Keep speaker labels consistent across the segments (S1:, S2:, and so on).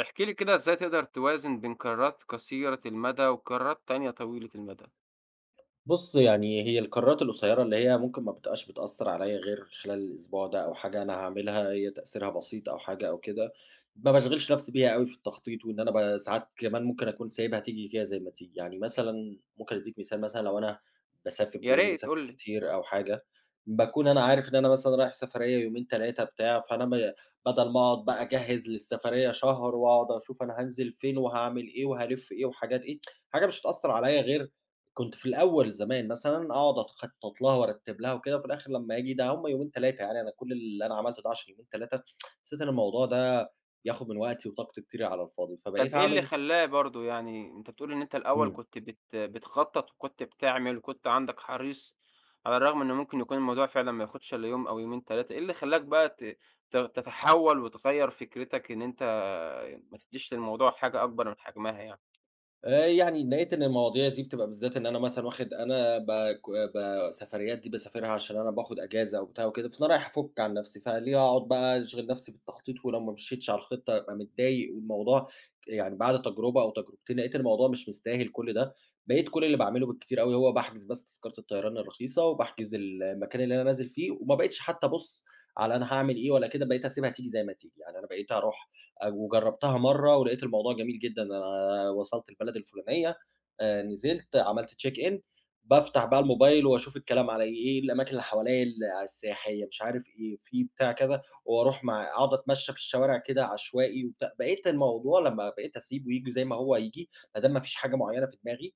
S1: احكِ لي كده إزاي تقدر توازن بين قرارات قصيرة المدى وقرارات تانية طويلة المدى؟
S2: بُص، يعني هي القرارات القصيّرة اللي هي ممكن ما بتبقاش بتأثّر عليّا غير خلال الأسبوع ده أو حاجة أنا هاعملها هي تأثيرها بسيط أو حاجة أو كده، ما باشغِلش نَفْسي بيها أوي في التخطيط وإن أنا ساعات كمان ممكن أكون سايبها تيجي كده زي ما تيجي، يعني مثلًا ممكن أدّيك مثال مثلًا لو أنا باسافر
S1: يا
S2: بما إنّي
S1: ريت
S2: باسافر
S1: قُل لي.
S2: كتير أو حاجة، باكون أنا عارف إن أنا مثلًا رايح سفرية يومين، 3 بتاع، فأنا ب بدل ما أقعد بقى أجهّز للسفرية شهر وأقعد أشوف أنا هانزل فين وهاعمل إيه وهالِف إيه وحاجات إيه، حاجة مش هتأثّر عليّا غير كنت في الأول زمان مثلًا أقعد أتخطّط لها وأرتّب لها وكده، وفي الآخر لمّا آجي ده هم يومين 3، يعني أنا كل اللي أنا عملته ده عشان يومين 3، حسّيت إن الموضوع ده بياخد من وقتي وطاقتي كتير على الفاضي،
S1: طَب
S2: فبقيت
S1: إيه اللي
S2: أعمل.
S1: خلّاه برضه، أنت بتقول إن أنت الأول
S2: إمم.
S1: كنت بتخطّط وكنت بتعمل وكنت عندك حريص، على الرغم إن ممكن يكون الموضوع فعلًا ما ياخدش إلا يوم أو يومين 3، إيه اللي خلّاك بقى ت ت تتحوّل وتغيّر فكرتك إن أنت ما تدّيش للموضوع حاجة أكبر من حجمها يعني؟
S2: يعني لقيت إن المواضيع دي بتبقى بالذات إن أنا مثلًا واخد أنا باك ب سفريات دي باسافرها عشان أنا باخد أجازة وبتاع وكده، فأنا رايح أفُك عن نفسي، فليه أقعد بقى أشغل نفسي بالتخطيط ولو ما مشيتش على الخطة أبقى متضايق والموضوع، يعني بعد تجربة أو تجربتين لقيت الموضوع مش مستاهل كل ده، بقيت كل اللي باعمله بالكتير أوي هو باحجز بس تذكرة الطيران الرخيصة وباحجز المكان اللي أنا نازل فيه، وما بقيتش حتى أبُص على أنا هاعمل إيه ولا كده، بقيت أسيبها تيجي زي ما تيجي، يعني أنا بقيت أروح وجرّبتها مرّة ولقيت الموضوع جميل جدًا، أنا وصلت البلد الفُلانية، نزلت عملت check in، بافتح بقى الموبايل واشوف الكلام على إيه، إيه الأماكن اللي حواليّا السياحية، مش عارف إيه، في بتاع كذا، واروح مع أقعد أتمشى في الشوارع كده عشوائي وبتاع، بقيت الموضوع لمّا بقيت أسيبه ييجي زي ما هو ييجي، ما دام ما فيش حاجة معيّنة في دماغي،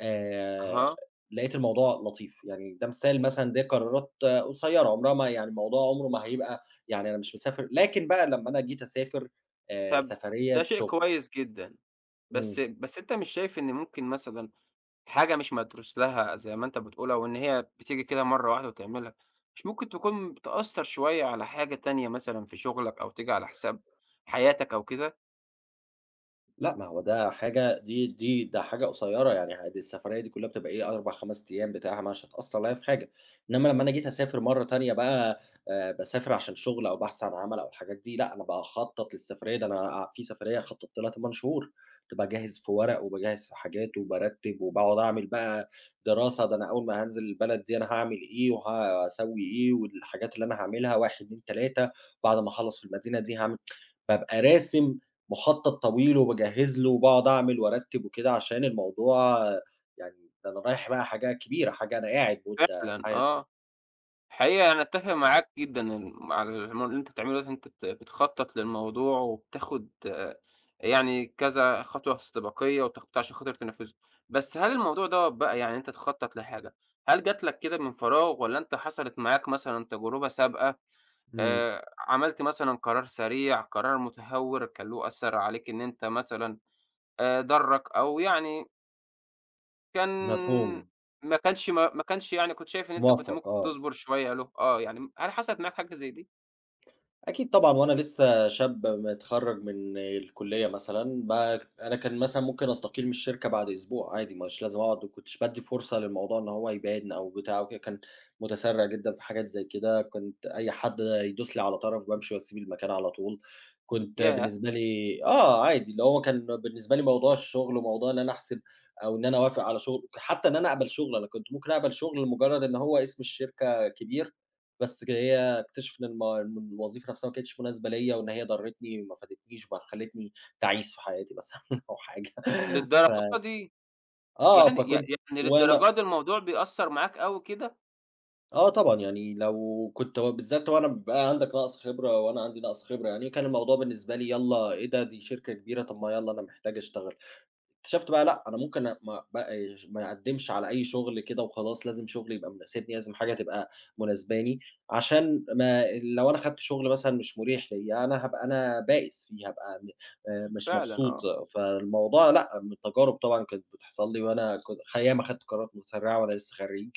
S2: آآ
S1: أها.
S2: لقيت الموضوع لطيف، يعني ده مثال مثلًا دي قرارات قصيّرة، عمرها ما يعني الموضوع عمره ما هيبقى، يعني أنا مش مسافر لكن بقى لمّا أنا جيت أسافر
S1: طَب ده
S2: سفرية
S1: شيء
S2: شغل.
S1: كويس جدًا، بس
S2: إمم.
S1: بس أنت مش شايف إن ممكن مثلًا حاجة مش مدروس لها زي ما أنت بتقول، أو إن هي بتيجي كده مرّة واحدة وتعملها، مش ممكن تكون تأثّر شوية على حاجة تانية مثلًا في شغلك أو تيجي على حساب حياتك أو كده؟
S2: لأ، ما هو ده حاجة دي ده حاجة قصيّرة، يعني عادي السفرية دي كلّها بتبقى إيه 4، 5 أيام بتاع مش هتأثّر عليَّ في حاجة، إنّما لمّا أنا جيت أسافر مرّة تانية بقى باسافر عشان شُغل أو بحث عن عمل أو الحاجات دي، لأ، أنا باخطّط للسفرية، ده أنا في سفرية خطّطت لها 8 شهور، كنت باجهّز في ورق وباجهّز في حاجات وبارتّب وباقعد أعمل بقى دراسة، ده أنا أول ما هانزل البلد دي أنا هاعمل إيه وهاسوّي إيه والحاجات اللي أنا هاعملها 1، 2، 3، بعد ما أخلّص في المدينة دي هاعمل، بابقى راسم مخطط طويل وباجهّز له وباقعد أعمل وأرتّب وكده عشان الموضوع، يعني ده أنا رايح بقى حاجة كبيرة، حاجة أنا قاعد مدة
S1: فعلًا
S2: ح.
S1: آه، حقيقة أنا أتّفق معاك جدًا ال على الم اللي أنت بتعمله ده، أنت بتخطّط للموضوع وبتاخد آه، يعني كذا خطوة استباقية وتخطيط عشان خاطر تنفّذه، بس هل الموضوع دوّة بقى، يعني أنت تخطّط لحاجة، هل جات لك كده من فراغ والّا أنت حصلت معاك مثلًا تجربة سابقة؟
S2: إمم.
S1: عملت مثلًا قرار سريع، قرار متهور كان له أثر عليك، إن أنت مثلًا ضرّك أو يعني كان،
S2: مفهوم،
S1: ما كانش يعني كنت شايف إن أنت كنت
S2: موفّق
S1: ممكن
S2: آه.
S1: تصبر شوية له، آه، يعني هل حصلت معاك حاجة زي دي؟
S2: أكيد طبعًا، وأنا لسه شاب متخرّج من الكلية مثلًا، أنا كان مثلًا ممكن أستقيل من الشركة بعد أسبوع عادي، مش لازم أقعد، ما كنتش بادّي فرصة للموضوع إن هو يبان أو بتاع وكده، كان متسرّع جدًا في حاجات زي كده، كنت أي حد يدوس لي على طرف بامشي واسيب المكان على طول، كنت
S1: ياه!
S2: بالنسبة لي عادي، اللي هو كان بالنسبة لي موضوع الشغل وموضوع إن أنا أحسب أو إن أنا أوافق على شغل، حتى إن أنا أقبل شغل، أنا كنت ممكن أقبل شغل لمجرد إن هو اسم الشركة كبير، بس ك هي اكتشفوا إن الوظيفة نفسها ما كانتش مناسبة ليّا، وإن هي ضرّتني ما فادتنيش بقى خلّتني تعيس في حياتي مثلًا أو حاجة.
S1: للدرجة
S2: ف
S1: دي!
S2: آه،
S1: يعني ي
S2: فكنت
S1: يعني
S2: وأنا
S1: للدرجة دي الموضوع بيأثر معاك أوي كده؟
S2: آه طبعًا، يعني لو كنت وبالذات وأنا بيبقى عندك نَقْص خبرة وأنا عندي نَقْص خبرة يعني، كان الموضوع بالنسبة لي يالّا إيه ده، دي شركة كبيرة، طَب ما يالّا أنا محتاج أشتغل. اكتشفت بقى لأ، أنا ممكن ما بقاش ما أقدّمش على أي شغل كده وخلاص، لازم شغل يبقى مناسبني، لازم حاجة تبقى مناسباني، عشان ما لو أنا خدت شغل مثلًا مش مريح ليّا، أنا هابقى أنا بائس فيه، هابقى م مش
S1: فعلًا،
S2: مبسوط،
S1: آه.
S2: فالموضوع لأ، من التجارب طبعًا كانت بتحصل لي، وأنا كنت خ ياما خدت قرارات متسرعة وأنا لسه خريج،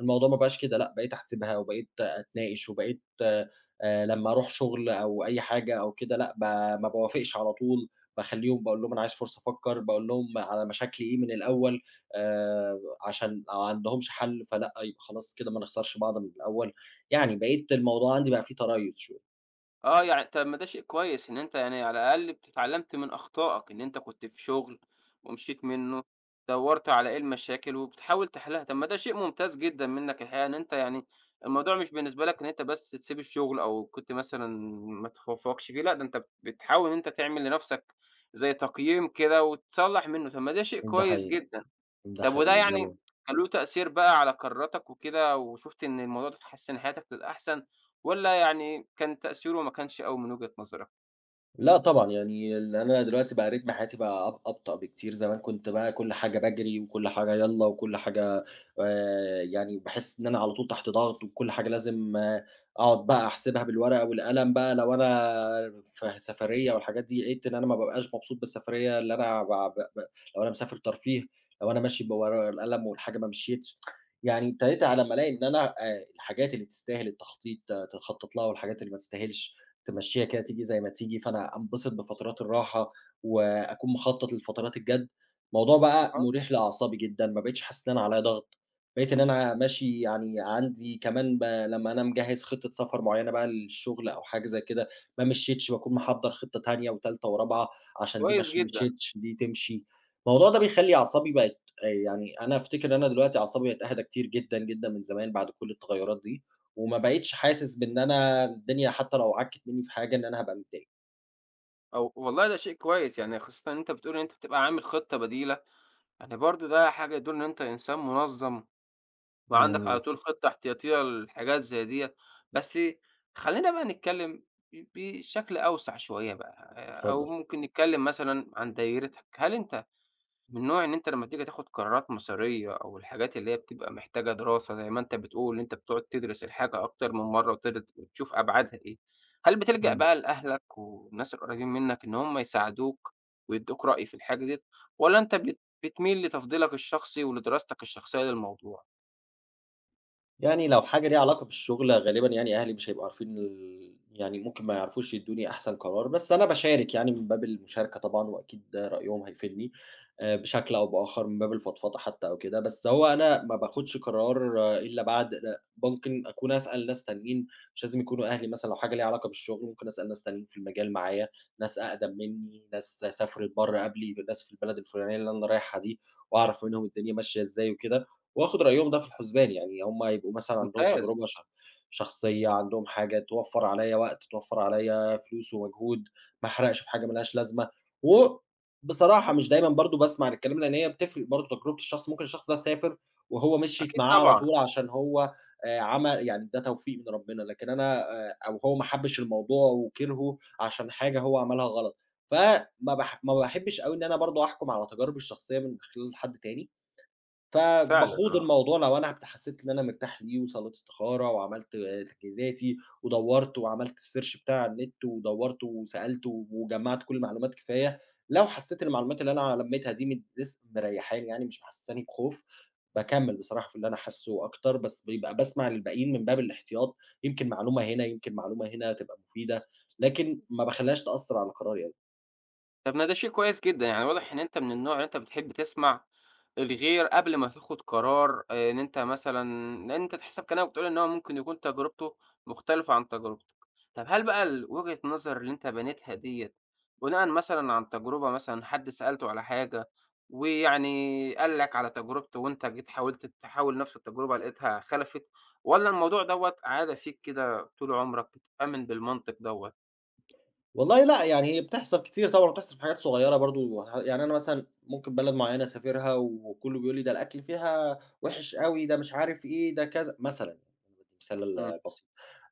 S2: الموضوع ما بقاش كده، لأ، بقيت أحسبها وبقيت أتناقش، وبقيت لمّا أروح شغل أو أي حاجة أو كده لأ، ما باوافقش على طول، باخلّيهم باقول لهم أنا عايز فرصة أفكّر، باقول لهم على مشاكلي إيه من الأول، آآ، عشان لو عندهمش حل فلأ، يبقى خلاص كده ما نخسرش بعض من الأول، يعني بقيت الموضوع عندي بقى فيه تريُّث شوية.
S1: آه، يعني طب ما ده شيء كويس إن أنت يعني على الأقل اتعلمت من أخطائك، إن أنت كنت في شغل ومشيت منّه، دوّرت على إيه المشاكل وبتحاول تحلها، طب ما ده شيء ممتاز جدًا منّك الحقيقة، إن أنت يعني الموضوع مش بالنسبة لك إن أنت بس تسيب الشغل أو كنت مثلًا ما تتفوّقش فيه، لأ ده أنت بتحاول إن أنت تعمل لنَفْسك زي تقييم كده وتصلّح منّه، طب ما ده شيء
S2: ده
S1: كويس
S2: حقيقي،
S1: جدًا.
S2: ده
S1: طب وده
S2: حقيقي، ده
S1: يعني كان له تأثير بقى على قراراتك وكده، وشُفت إن الموضوع ده حسّن حياتك للأحسن، والّا يعني كان تأثيره ما كانش أوي من وجهة نظرك؟
S2: لأ طبعًا، يعني ال أنا دلوقتي بقى رتم حياتي بقى أبطأ بكتير، زمان كنت بقى كل حاجة باجري وكل حاجة يالّا وكل حاجة، يعني باحس إن أنا على طول تحت ضغط وكل حاجة لازم أقعد بقى أحسبها بالورقة والقلم بقى، لو أنا في سفرية والحاجات دي، لقيت إن أنا ما بابقاش مبسوط بالسفرية اللي أنا ب ب ب لو أنا مسافر ترفيه، لو أنا ماشي بورا القلم والحاجة ما مشيتش، يعني ابتديت على ما ألاقي إن أنا، الحاجات اللي تستاهل التخطيط تخطط لها والحاجات اللي ما تستاهلش، تمشّيها كده تيجي زي ما تيجي، فأنا أنبسط بفترات الراحة وأكون مخطّط لفترات الجَد. الموضوع بقى
S1: أها،
S2: مُريح لأعصابي جدًا، ما بقيتش حاسس إن أنا عليّا ضغط، بقيت إن أنا ماشي يعني عندي كمان لمّا أنا مجهّز خطة سفر معيّنة بقى للشغل أو حاجة زي كده، ما مشيتش باكون محضّر خطة تانية و3 ورابعة عشان دي
S1: كويس
S2: مش
S1: جدًا،
S2: مشيتش، دي تمشي. الموضوع ده بيخلّي أعصابي بقت يعني أنا أفتكر إن أنا دلوقتي أعصابي بقت أهدى كتير جدًا، جدًا من زمان بعد كل التغيّرات دي. وما بقيتش حاسس بإن أنا الدنيا حتى لو عكِّت منّي في حاجة إن أنا هابقى متضايق.
S1: أو والله ده شيء كويس، يعني خاصةً إن أنت بتقول إن أنت بتبقى عامل خطة بديلة، يعني برضه ده حاجة يدل إن أنت إنسان منظَّم، وعندك على
S2: إمم،
S1: طول خطة احتياطية لحاجات زي ديّة، بس خلّينا بقى نتكلّم بشكل أوسع شوية بقى، أو
S2: اتفضل.
S1: ممكن نتكلّم مثلًا عن دايرتك، هل أنت من نوع إن أنت لمّا تيجي تاخد قرارات مصيرية أو الحاجات اللي هي بتبقى محتاجة دراسة زي ما أنت بتقول، ان أنت بتقعد تدرس الحاجة أكتر من مرّة وتدرس وتشوف أبعادها إيه، هل بتلجأ
S2: إمم.
S1: بقى لأهلك والناس القريبين منك إن هم يساعدوك ويدّوك رأي في الحاجة ديّة، والّا أنت بتميل لتفضيلك الشخصي ولدراستك الشخصية للموضوع؟
S2: يعني لو حاجة ليها علاقة بالشغل غالبًا يعني أهلي مش هيبقوا عارفين يعني ممكن ما يعرفوش يدّوني أحسن قرار، بس أنا باشارك يعني من باب المشاركة طبعًا، وأكيد ده رأيهم هيفيدني بشكل أو بآخر من باب الفضفضة حتى أو كده، بس هو أنا ما باخدش قرار إلا بعد لأ ممكن أكون أسأل ناس تانيين، مش لازم يكونوا أهلي مثلًا لو حاجة ليها علاقة بالشغل ممكن أسأل ناس تانيين في المجال معايا، ناس أقدم منّي، ناس سافرت برّه قبلي، ناس في البلد الفلانية اللي أنا رايحها دي، وأعرف منهم الدنيا ماشية إزاي وكده. وآخُد رأيهم ده في الحُسبان، يعني هم يبقوا مثلًا عندهم
S1: ممتاز،
S2: تجربة شخصية، عندهم حاجة توفّر عليّا وقت، توفّر عليّا فلوس ومجهود، ما احرقش في حاجة ما لهاش لازمة، وبصراحة مش دايمًا برضه باسمع للكلام لإن هي بتفرق برضه تجربة الشخص، ممكن الشخص ده سافر وهو مشيِت
S1: أكيد
S2: معاه على
S1: طبعًا،
S2: طول عشان هو عم يعني ده توفيق من ربنا، لكن أنا أو هو ما حبّش الموضوع وكرهه عشان حاجة هو عملها غلط، فما باح ما باحبّش أوي إن أنا برضه أحكُم على تجاربي الشخصية من خلال حد تاني.
S1: فعلًا
S2: فباخوض
S1: آه.
S2: الموضوع لو أنا حسّيت إن أنا مرتاح ليه وصلّيت استخارة وعملت تجهيزاتي ودوّرت وعملت الsearch بتاع على النت ودوّرت وسألت وجمّعت كل معلومات كفاية، لو حسّيت إن المعلومات اللي أنا لمّيتها دي مد لس مريّحاني يعني مش محسّساني بخوف، باكمّل بصراحة في اللي أنا حاسّه أكتر، بس بيبقى باسمع للباقيين من باب الاحتياط، يمكن معلومة هنا، يمكن معلومة هنا تبقى مفيدة، لكن ما باخلّيهاش تأثّر على قراري أوي.
S1: طب ما ده شيء كويس جدًا، يعني واضح إن أنت من النوع اللي أنت بتحب تسمع الغير قبل ما تاخد قرار، إن أنت مثلًا لإن أنت تحسب كلامك بتقول إن هو ممكن يكون تجربته مختلفة عن تجربتك. طب هل بقى وجهة النظر اللي أنت بنيتها ديّة بناءً مثلًا عن تجربة، مثلًا حد سألته على حاجة ويعني قال لك على تجربته وأنت جيت حاولت تحاول نفس التجربة لقيتها خَلَفِت، والّا الموضوع دوّة عادة فيك كده طول عمرك بتؤمن بالمنطق دوّة؟
S2: والله لأ، يعني هي بتحصل كتير طبعًا وبتحصل في حاجات صغيّرة برضه، يعني أنا مثلًا ممكن بلد معيّنة أسافرها وكلّه بيقول لي ده الأكل فيها وِحِش أوي، ده مش عارف إيه، ده كذا مثلًا، يعني أنا بادّي
S1: إمم،
S2: مثال بسيط.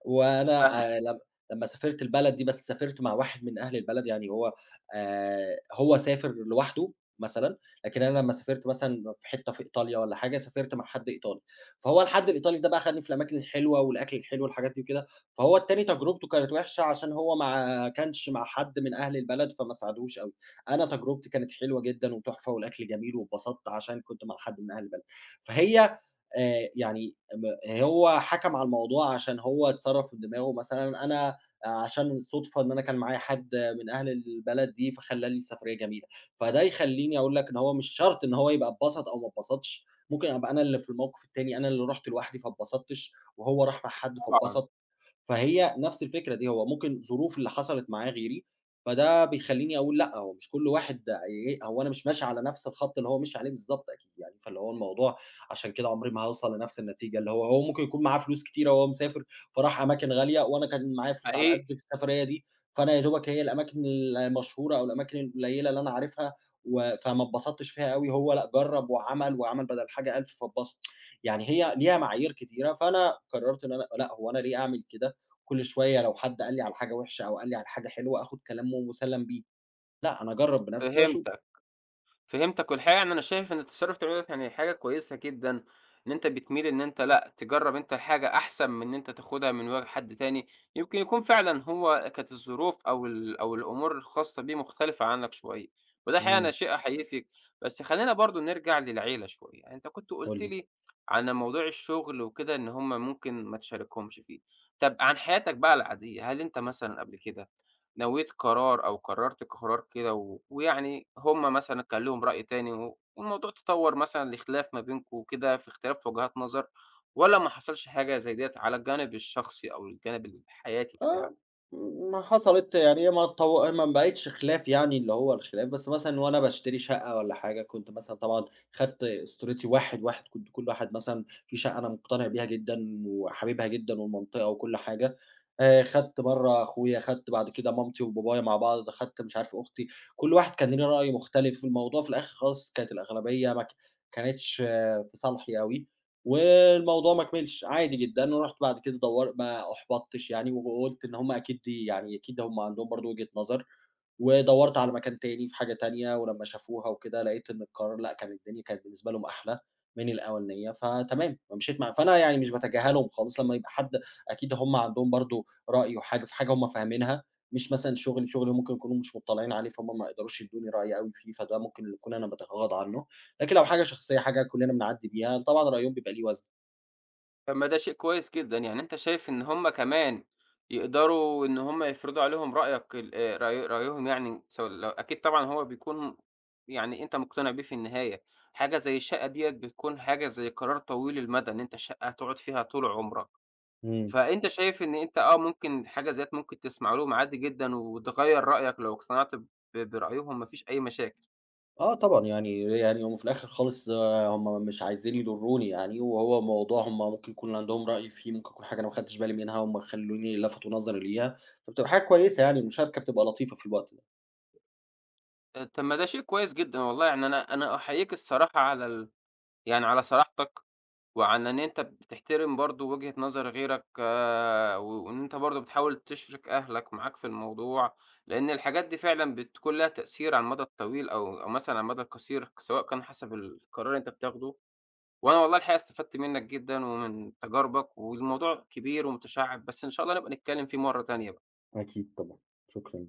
S2: وأنا
S1: فاهمك
S2: لم لمّا سافرت البلد دي بس سافرت مع واحد من أهل البلد، يعني هو سافر لوحده مثلًا، لكن أنا لمّا سافرت مثلًا في حتّة في إيطاليا والّا حاجة، سافرت مع حد إيطالي، فهو الحد الإيطالي ده بقى خدني في الأماكن الحلوة والأكل الحلو والحاجات دي وكده. فهو التاني تجربته كانت وحشة عشان هو ما كانش مع حد من أهل البلد، فما ساعدوش أوي. أنا تجربتي كانت حلوة جدًا وتحفة والأكل جميل واتبسطت عشان كنت مع حد من أهل البلد. فهي يعني م هو حَكَم على الموضوع عشان هو اتصرّف في دماغه مثلًا، أنا عشان صُدفة إن أنا كان معايا حد من أهل البلد دي، فخلّى لي السفرية جميلة. فده يخلّيني أقول لك إن هو مش شرط إن هو يبقى اتبسط أو ما اتبسطش، ممكن أبقى أنا اللي في الموقف التاني، أنا اللي رُحت لوحدي فاتبسطتش وهو راح مع حد
S1: طبعًا،
S2: فاتبسط. فهي نفس الفكرة دي، هو ممكن ظروف اللي حصلت معاه غيري، فده بيخلّيني أقول لأ، هو مش كل واحد ي هو أنا مش ماشي على نفس الخط اللي هو مشي عليه بالضبط أكيد يعني، فاللي هو الموضوع عشان كده عمري ما هاوصل لنفس النتيجة، اللي هو هو ممكن يكون معاه فلوس كتيرة وهو مسافر، فراح أماكن غالية وأنا كان معايا فلوس على
S1: حقيقي،
S2: قد في السفرية دي، فأنا يا دوبك هي الأماكن المشهورة أو الأماكن القليلة اللي أنا عارفها فما اتبسطتش فيها أوي، هو لأ جرّب وعمل، وعمل بدل حاجة 1000 فاتبسط، يعني هي ليها معايير كتيرة، فأنا قررت إن أنا لأ، هو أنا ليه أعمل كده؟ كل شوية لو حد قال لي على حاجة وحشة أو قال لي على حاجة حلوة آخُد كلامه مُسلّم بيه، لأ، أنا أجرّب بنَفْسي وأشوف.
S1: فهمتك. فهمتك، والحقيقة يعني أنا شايف إن التصرُّف اللي بتعمله ده يعني حاجة كويسة جدًا، إن أنت بتميل إن أنت لأ، تجرّب أنت الحاجة أحسن من إن أنت تاخدها من حد تاني، يمكن يكون فعلًا هو كانت الظروف أو الأمور الخاصة بيه مختلفة عنك شوية، وده الحقيقة أنا
S2: إمم،
S1: شيء أحييه فيك، بس خلّينا برضه نرجع للعيلة شوية، يعني أنت كنت
S2: قُل
S1: قُلت
S2: لي.
S1: لي عن موضوع الشغل وكده إن هُم ممكن ما تشاركهمش فيه، طَب عن حياتك بقى العادية، هل أنت مثلًا قبل كده نويت قرار أو قررت قرار كده، و ويعني هم مثلًا كان ليهم رأي تاني والموضوع تطور مثلًا لخلاف ما بينكم وكده في اختلاف في وجهات نظر، والّا ما حصلش حاجة زي ديّة على الجانب الشخصي أو الجانب الحياتي بتاعك؟
S2: آه، ما حصلت يعني هي ما بقِتش خلاف يعني اللي هو الخلاف، بس مثلًا وأنا باشتري شقة والّا حاجة، كنت مثلًا طبعًا خدت أسرتي واحد، واحد، كنت كل واحد مثلًا في شقة أنا مقتنع بيها جدًا وحاببها جدًا والمنطقة وكل حاجة، خدت برّه أخويا، خدت بعد كده مامتي وبابايا مع بعض، خدت مش عارف أختي، كل واحد كان ليه رأي مختلف، في الموضوع في الآخر خالص كانت الأغلبية ما ك كانتش آه، في صالحي أوي. والموضوع ما كملش، عادي جدًا، ورُحت بعد كده دور ما أُحبطتش يعني، وقُلت إن هُم أكيد دي يعني أكيد هُم عندهم برضه وجهة نظر، ودوّرت على مكان تاني في حاجة تانية، ولمّا شافوها وكده لقيت إن القرار لأ، كان الدنيا كانت بالنسبة لهم أحلى من الأولانية، فتمام، فمشيت مع فأنا يعني مش باتجاهلهم خالص لمّا يبقى حد أكيد هُم عندهم برضه رأي وحاجة في حاجة هُم فاهمينها، مش مثلًا شغلي، شغلي ممكن يكونوا مش مُطّلعين عليه، فهُم ما يقدروش يدوني رأي أوي فيه، فده ممكن اللي أكون أنا باتغاضى عنه. لكن لو حاجة شخصية، حاجة كلّنا بنعدّي بيها، طبعًا رأيهم بيبقى ليه وزن.
S1: طب ما ده شيء كويس جدًا، يعني أنت شايف إن هم كمان يقدروا إن هم يفرضوا عليهم رأيك ال رأي رأيهم، يعني سو لو أكيد طبعًا هو بيكون يعني أنت مقتنع بيه في النهاية، حاجة زي الشقة ديّة بتكون حاجة زي قرار طويل المدى، إن أنت شقة هتقعد فيها طول عمرك.
S2: إمم.
S1: فأنت شايف إن أنت آه، ممكن حاجة زيّك ممكن تسمع لهم عادي جدًا وتغيّر رأيك لو اقتنعت برأيهم ما فيش أي مشاكل.
S2: آه طبعًا، يعني هم في الآخر خالص آه، هم مش عايزين يضرّوني يعني، وهو موضوع هم ممكن يكون عندهم رأي فيه، ممكن يكون حاجة أنا ما خدتش بالي منها، هم خلّوني لفتوا نظري ليها، فبتبقى حاجة كويسة يعني، المشاركة بتبقى لطيفة في الوقت ده.
S1: طب ما ده شيء كويس جدًا والله، يعني أنا أحييك الصراحة على يعني على صراحتك وعلى إن أنت بتحترم برضه وجهة نظر غيرك، وإن أنت برضه بتحاول تشرِك أهلك معاك في الموضوع، لإن الحاجات دي فعلًا بتكون لها تأثير على المدى الطويل أو مثلًا على المدى القصير، سواء كان حسب القرار اللي أنت بتاخده، وأنا والله الحقيقة استفدت منّك جدًا ومن تجاربك، والموضوع كبير ومتشعّب، بس إن شاء الله نبقى نتكلّم فيه مرّة تانية.
S2: أكيد طبعًا، شكرًا.